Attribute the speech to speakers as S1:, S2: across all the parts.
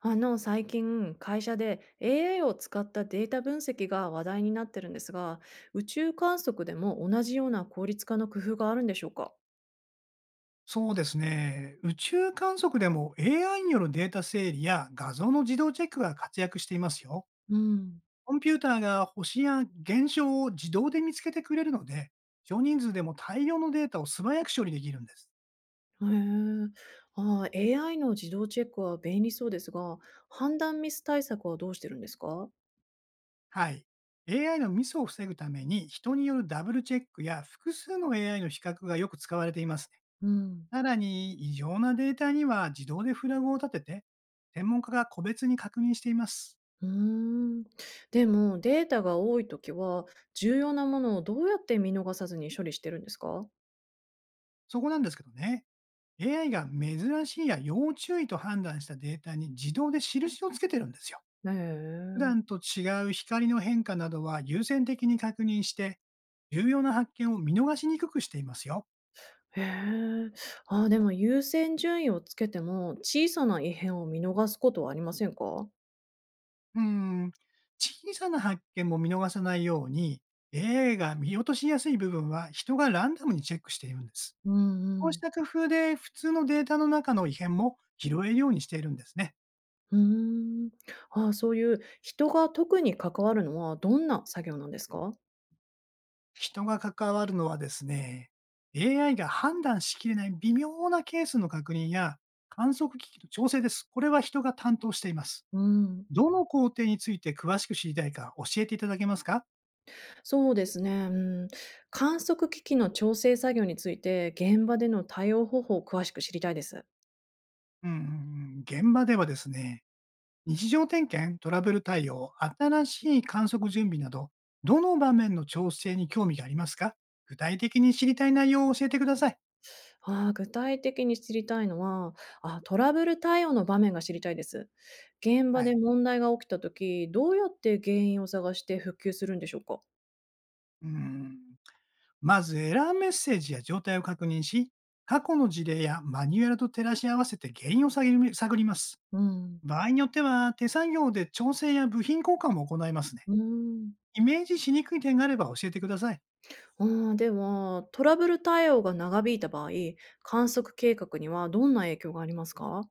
S1: 最近、会社で AI を使ったデータ分析が話題になってるんですが、宇宙観測でも同じような効率化の工夫があるんでしょうか？
S2: そうですね。宇宙観測でも AI によるデータ整理や画像の自動チェックが活躍していますよ。
S1: うん、
S2: コンピューターが星や現象を自動で見つけてくれるので、少人数でも大量のデータを素早く処理できるんです。
S1: へえ。あ、 AI の自動チェックは便利そうですが、判断ミス対策はどうしてるんですか？
S2: はい。AI のミスを防ぐために、人によるダブルチェックや複数の AI の比較がよく使われていますね。
S1: うん、
S2: さらに、異常なデータには自動でフラグを立てて、専門家が個別に確認しています。
S1: うーん。でも、データが多いときは、重要なものをどうやって見逃さずに処理してるんですか？
S2: そこなんですけどね、AI が珍しいや要注意と判断したデータに自動で印をつけてるんですよ。
S1: へ
S2: 普
S1: え。
S2: 段と違う光の変化などは優先的に確認して、重要な発見を見逃しにくくしていますよ。
S1: へえ。あ、でも優先順位をつけても、小さな異変を見逃すことはありませんか？
S2: うーん、小さな発見も見逃さないように、AI が見落としやすい部分は人がランダムにチェックしているんです。
S1: うんう
S2: こうし
S1: ん。
S2: た工夫で普通のデータの中の異変も拾えるようにしているんですね。
S1: うーん。ああ、そういう人が特に関わるのはどんな作業なんですか？
S2: 人が関わるのはですね、AI が判断しきれない微妙なケースの確認や観測機器の調整です。これは人が担当しています。
S1: うん。
S2: どの工程について詳しく知りたいか教えていただけますか？
S1: そうですね、うん。観測機器の調整作業について、現場での対応方法を詳しく知りたいです。
S2: うん、現場ではですね、日常点検、トラブル対応、新しい観測準備など、どの場面の調整に興味がありますか？具体的に知りたい内容を教えてください。
S1: 具体的に知りたいのは、あ、トラブル対応の場面が知りたいです。現場
S2: は
S1: で
S2: い。
S1: 問題が起きた時、どうやって原因を探して復旧するんでしょうか？
S2: うん。まずエラーメッセージや状態を確認し、過去の事例やマニュアルと照らし合わせて原因を探り探ります。
S1: うん。
S2: 場合によっては手作業で調整や部品交換も行いますね。
S1: うん。
S2: イメージしにくい点があれば教えてください。
S1: では、トラブル対応が長引いた場合、観測計画にはどんな影響がありますか？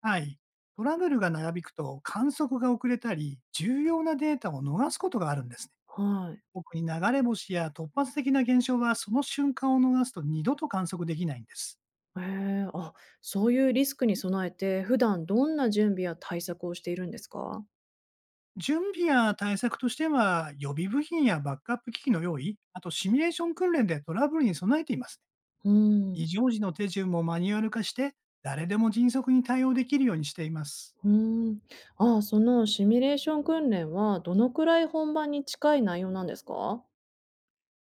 S2: はい。トラブルが長引くと観測が遅れたり、重要なデータを逃すことがあるんですね。
S1: はい。
S2: 特に流れ星や突発的な現象はその瞬間を逃すと二度と観測できないんです。
S1: えー。あ、そういうリスクに備えて、普段どんな準備や対策をしているんですか？
S2: 準備や対策としては、予備部品やバックアップ機器の用意、あとシミュレーション訓練でトラブルに備えていますね。
S1: う
S2: 異
S1: ん。
S2: 常時の手順もマニュアル化して、誰でも迅速に対応できるようにしています。
S1: うーん。ああ、そのシミュレーション訓練はどのくらい本番に近い内容なんですか？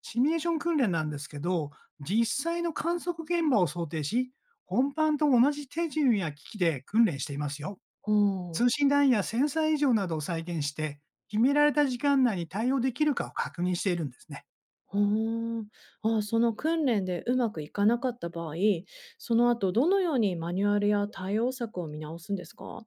S2: シミュレーション訓練なんですけど、実際の観測現場を想定し、本番と同じ手順や機器で訓練していますよ。
S1: うん。
S2: 通信ラインやセンサー異常などを再現して、決められた時間内に対応できるかを確認しているんですね。
S1: うん。ああ、その訓練でうまくいかなかった場合、その後どのようにマニュアルや対応策を見直すんですか？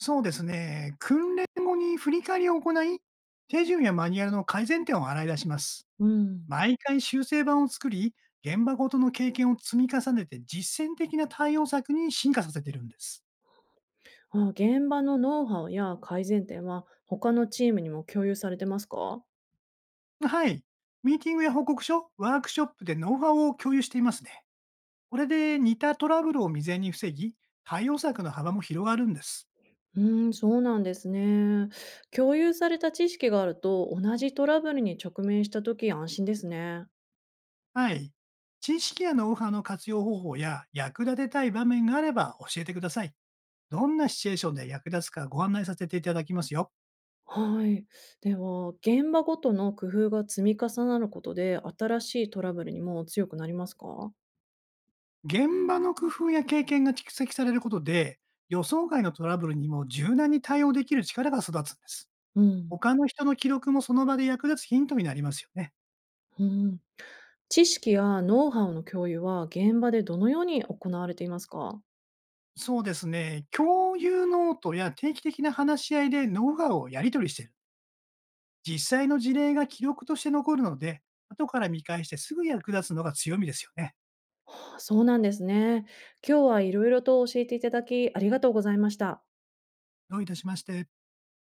S2: そうですね。訓練後に振り返りを行い、手順やマニュアルの改善点を洗い出します。
S1: うん。
S2: 毎回修正版を作り、現場ごとの経験を積み重ねて実践的な対応策に進化させてるんです。
S1: ああ、現場のノウハウや改善点は他のチームにも共有されてますか？
S2: はい。ミーティングや報告書、ワークショップでノウハウを共有していますね。これで似たトラブルを未然に防ぎ、対応策の幅も広がるんです。
S1: うーん、そうなんですね。共有された知識があると同じトラブルに直面した時安心ですね。
S2: はい。知識やノウハウの活用方法や役立てたい場面があれば教えてください。どんなシチュエーションで役立つかご案内させていただきますよ。
S1: はい。では、現場ごとの工夫が積み重なることで、新しいトラブルにも強くなりますか？
S2: 現場の工夫や経験が蓄積されることで、予想外のトラブルにも柔軟に対応できる力が育つんです。
S1: うん。
S2: 他の人の記録もその場で役立つヒントになりますよね。
S1: うん。知識やノウハウの共有は現場でどのように行われていますか？
S2: そうですね。共有ノートや定期的な話し合いでノウハウをやり取りしている。実際の事例が記録として残るので、後から見返してすぐ役立つのが強みですよね。
S1: そうなんですね。今日はいろいろと教えていただきありがとうございました。
S2: どういたしまして。